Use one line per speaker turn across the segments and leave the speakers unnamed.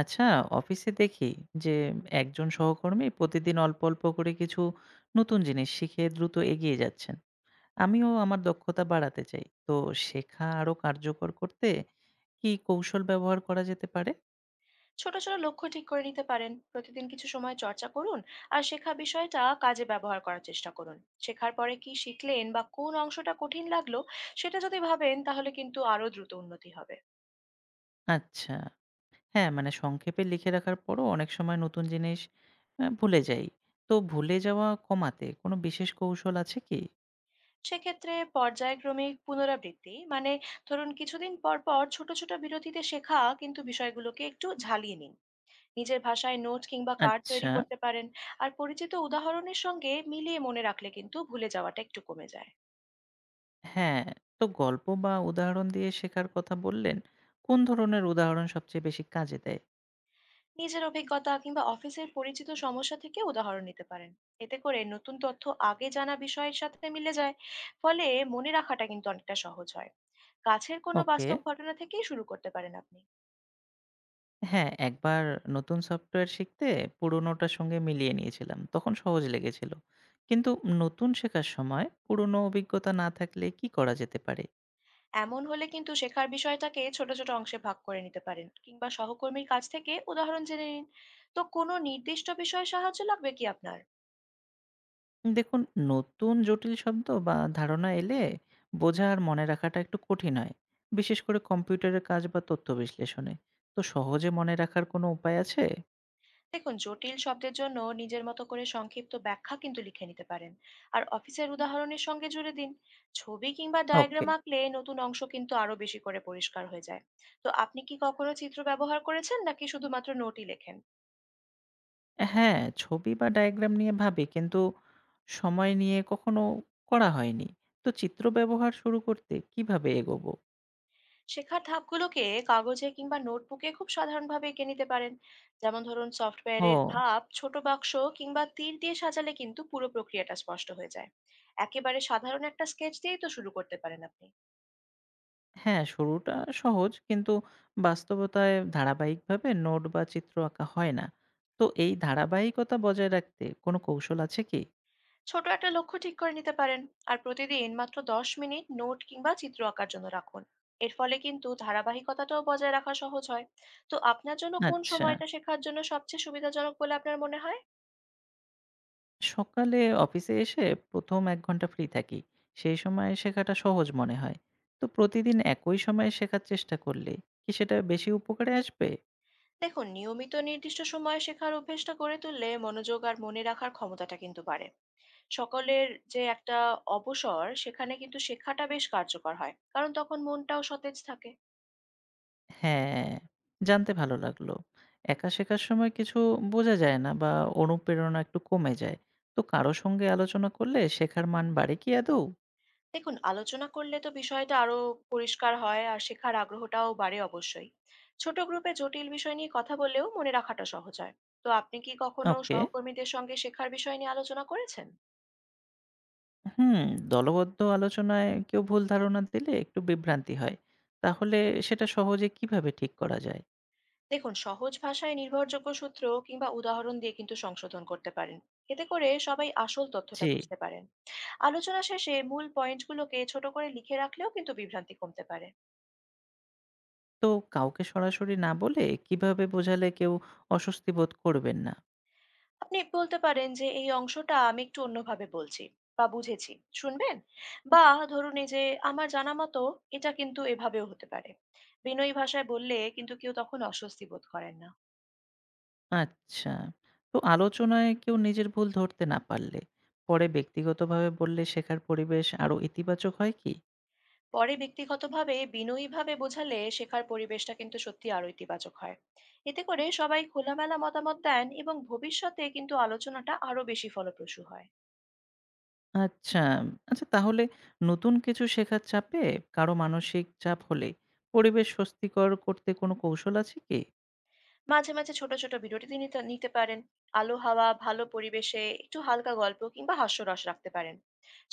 আচ্ছা, অফিসে দেখি যে একজন সহকর্মী প্রতিদিন অল্প, অল্প করে কিছু নতুন জিনিস শিখে দ্রুত এগিয়ে যাচ্ছেন। আমিও আমার দক্ষতা বাড়াতে চাই। তো শেখা আরো কার্যকর করতে কি কৌশল ব্যবহার করা যেতে পারে?
ছোট ছোট লক্ষ্য ঠিক করে নিতে পারেন। প্রতিদিন কিছু সময় চর্চা করুন আর শেখা বিষয়টা কাজে ব্যবহার করার চেষ্টা করুন। শেখার পরে কি শিখলেন বা কোন অংশটা কঠিন লাগলো সেটা যদি ভাবেন তাহলে কিন্তু আরো দ্রুত উন্নতি হবে।
আচ্ছা। হ্যাঁ, মানে সংক্ষেপে লিখে রাখার পরও অনেক সময় নতুন জিনিস ভুলে যাই। তো ভুলে যাওয়া কমাতে কোনো বিশেষ কৌশল আছে কি?
সেক্ষেত্রে পর্যায়ক্রমিক পুনরাবৃত্তি মানে ধরুন কিছুদিন পর পর ছোট ছোট বিরতিতে শেখা কিন্তু বিষয়গুলোকে একটু ঝালিয়ে নিন। নিজের ভাষায় নোট কিংবা কার্ড
আচ্ছা।
তৈরি করতে পারেন। আর পরিচিত উদাহরণের সঙ্গে মিলিয়ে মনে রাখলে কিন্তু ভুলে যাওয়াটা একটু কমে যায়।
হ্যাঁ, তো গল্প বা উদাহরণ দিয়ে শেখার কথা বললেন। কোন ধরনের উদাহরণ সবচেয়ে বেশি কাজে দেয়?
নিজের অভিজ্ঞতা কিংবা অফিসের পরিচিত সমস্যা থেকে উদাহরণ নিতে পারেন। এতে করে নতুন তথ্য আগে জানা বিষয়ের সাথে মিলে যায়, ফলে মনে রাখাটা কিন্তু অনেকটা সহজ হয়। কাছের কোনো
ওকে।
বাস্তব ঘটনা থেকেই শুরু করতে পারেন আপনি।
হ্যাঁ, একবার নতুন সফটওয়্যার শিখতে পুরনোটার সঙ্গে মিলিয়ে নিয়েছিলাম। তখন সহজ লেগেছিল। কিন্তু নতুন শেখার সময় পুরনো অভিজ্ঞতা না থাকলে কি করা যেতে পারে?
এমন হলে কিন্তু শেখার বিষয়টাকে ছোট ছোট অংশে ভাগ করে নিতে পারেন কিংবা সহকর্মীর কাছ থেকে উদাহরণ জেনে নিন। তো কোনো নির্দিষ্ট বিষয়ে সাহায্য লাগবে কি আপনার?
দেখুন, নতুন জটিল শব্দ বা ধারণা এলে বোঝা আর মনে রাখাটা একটু কঠিন হয়। বিশেষ করে কম্পিউটারের কাজ বা তথ্য বিশ্লেষণে। তো সহজে মনে রাখার কোনো উপায় আছে?
দেখুন, জটিল শব্দের জন্য নিজের মতো করে সংক্ষিপ্ত ব্যাখ্যা কিন্তু লিখে নিতে পারেন। আর অফিসের উদাহরণের সঙ্গে জুড়ে দিন। ছবি কিংবা
ওকে।
ডায়াগ্রাম আঁকলে নতুন অংশ কিন্তু আরো বেশি করে পরিষ্কার হয়ে যায়। তো আপনি কি কখনো চিত্র ব্যবহার করেছেন নাকি শুধুমাত্র নোটই লেখেন?
হ্যাঁ, ছবি বা ডায়াগ্রাম নিয়ে ভাবি কিন্তু সময় নিয়ে কখনো করা হয়নি। তো চিত্র ব্যবহার শুরু করতে কিভাবে এগোবো?
শেখার ধাপগুলোকে কাগজে কিংবা নোটবুকে খুব সাধারণভাবে এঁকে নিতে পারেন। যেমন ধরুন সফটওয়্যারের
ও
ধাপ ছোট বাক্স কিংবা তীর দিয়ে সাজালে কিন্তু পুরো প্রক্রিয়াটা স্পষ্ট হয়ে যায়। একেবারে সাধারণ একটা স্কেচ দিয়েই তো শুরু করতে পারেন আপনি।
হ্যাঁ, শুরুটা সহজ কিন্তু বাস্তবতায় ধারাবাহিকভাবে নোট বা চিত্র আঁকা হয় না। তো এই ধারাবাহিকতা বজায় রাখতে কোনো কৌশল আছে কি?
ছোট একটা লক্ষ্য ঠিক করে নিতে পারেন। আর প্রতিদিন মাত্র 10 মিনিট নোট কিংবা চিত্র আঁকার জন্য রাখুন। এর ফলে কিন্তু ধারাবাহিকতাটাও বজায় রাখা সহজ হয়। তো আপনার জন্য কোন
আচ্ছা,
সময়টা শেখার জন্য সবচেয়ে সুবিধাজনক বলে আপনার মনে হয়?
সকালে অফিসে এসে প্রথম ১ ঘন্টা ফ্রি থাকি। সেই সময়ে শেখাটা সহজ মনে হয়। তো প্রতিদিন একই সময়ে শেখার চেষ্টা করলে কি সেটা বেশি উপকারে আসবে?
দেখুন, নিয়মিত নির্দিষ্ট সময়ে শেখার অভ্যেসটা গড়ে তুললে মনোযোগ আর মনে রাখার ক্ষমতাটা কিন্তু বাড়ে। সকলের যে একটা অবসর, সেখানে কিন্তু শেখাটা বেশ কার্যকর হয়, কারণ তখন মনটাও সতেজ থাকে।
হ্যাঁ, জানতে ভালো লাগলো। একা শেখার সময় কিছু বোঝা যায় না বা অনুপ্রেরণা একটু কমে যায়। তো কারো সঙ্গে আলোচনা করলে শেখার মান বাড়ে কি আদৌ?
দেখুন, আলোচনা করলে তো বিষয়টা আরো পরিষ্কার হয় আর শেখার আগ্রহটাও বাড়ে অবশ্যই। ছোট গ্রুপে জটিল বিষয় নিয়ে কথা বললেও মনে রাখাটা সহজ হয়। তো আপনি কি কখনো
ওকে।
সহকর্মীদের সঙ্গে শেখার বিষয় নিয়ে আলোচনা করেছেন?
হুম, দলবদ্ধ আলোচনায় কেউ ভুল ধারণা দিলে একটু বিভ্রান্তি হয়। তাহলে সেটা সহজে কিভাবে ঠিক করা যায়?
দেখুন, সহজ ভাষায় নির্ভরযোগ্য সূত্র কিংবা উদাহরণ দিয়ে কিন্তু সংশোধন করতে পারেন। এতে করে সবাই আসল তথ্যটা
জি।
বুঝতে পারেন। আলোচনা শেষে মূল পয়েন্টগুলোকে ছোট করে লিখে রাখলেও কিন্তু বিভ্রান্তি কমতে পারে।
তো কাউকে সরাসরি না বলে কিভাবে বোঝালে কেউ অস্বস্তি বোধ করবেন না?
আপনি বলতে পারেন যে এই অংশটা আমি একটু অন্যভাবে বলছি বা বুঝেছি, শুনবেন, বা ধরুন এই যে আমার জানা মতো এটা কিন্তু এভাবেও হতে পারে। বিনয়ী ভাষায় বললে কিন্তু কেউ তখন অস্বস্তি বোধ করেন না।
আচ্ছা। তো আলোচনায় কেউ নিজের ভুল ধরতে না পারলে, পরে ব্যক্তিগতভাবে বললে শেখার পরিবেশ আরো ইতিবাচক হয় কি?
পরে ব্যক্তিগতভাবে বিনয়ীভাবে বোঝালে শেখার পরিবেশটা কিন্তু সত্যি আরো ইতিবাচক হয়। এতে করে সবাই খোলামেলা মতামত দেন এবং ভবিষ্যতে কিন্তু আলোচনাটা আরো বেশি ফলপ্রসূ হয়।
আচ্ছা, আচ্ছা তাহলে নতুন কিছু শেখার চাপে কারো মানসিক চাপ হলে পরিবেশ স্বস্তিকর করতে কোনো কৌশল আছে কি?
মাঝে, মাঝে ছোট, ছোট বিরতি নিতে নিতে পারেন। আলো হাওয়া, ভালো পরিবেশে একটু হালকা গল্প কিংবা হাস্যরস রাখতে পারেন।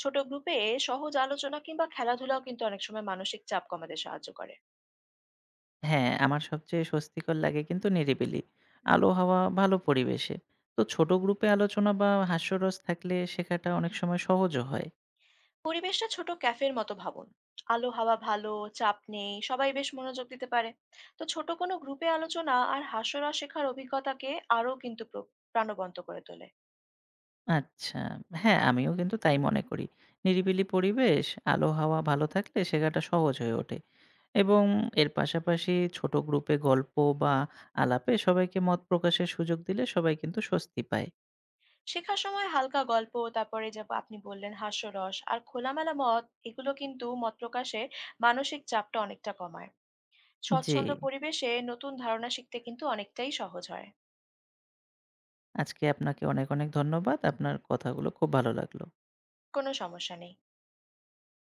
ছোট গ্রুপে সহজ আলোচনা কিংবা খেলাধুলাও কিন্তু অনেক সময় মানসিক চাপ কমাতে সাহায্য করে।
হ্যাঁ, আমার সবচেয়ে স্বস্তিকর লাগে কিন্তু নিরিবিলি,
হুম।
আলো হাওয়া, ভালো পরিবেশে। তো ছোট গ্রুপে আলোচনা বা হাস্যরস থাকলে শেখাটা অনেক সময় সহজও হয়।
পরিবেশটা ছোট ক্যাফের মতো ভাবুন। আলো হাওয়া ভালো, চাপ নেই, সবাই বেশ মনোযোগ দিতে পারে। তো ছোট কোনো গ্রুপে আলোচনা আর হাস্যরস শেখার অভিজ্ঞতাকে আরো কিন্তু প্রাণবন্ত করে তোলে।
আচ্ছা। হ্যাঁ, আমিও কিন্তু তাই মনে করি। নিরিবিলি পরিবেশ, আলো হাওয়া ভালো থাকলে শেখাটা সহজ হয়ে ওঠে এবং এর পাশাপাশি ছোট গ্রুপে গল্প বা আলাপে সবাইকে মত প্রকাশের সুযোগ দিলে সবাই কিন্তু স্বস্তি পায়।
শেখার সময় হালকা গল্প, তারপরে যে আপনি বললেন হাস্যরস আর খোলামেলা মত, এগুলো কিন্তু মত প্রকাশে মানসিক চাপটা অনেকটা কমায়।
জি,
স্বচ্ছন্দ পরিবেশে নতুন ধারণা শিখতে কিন্তু অনেকটাই সহজ হয়।
আজকে আপনাকে অনেক, অনেক ধন্যবাদ। আপনার কথাগুলো খুব ভালো লাগলো।
কোনো সমস্যা নেই।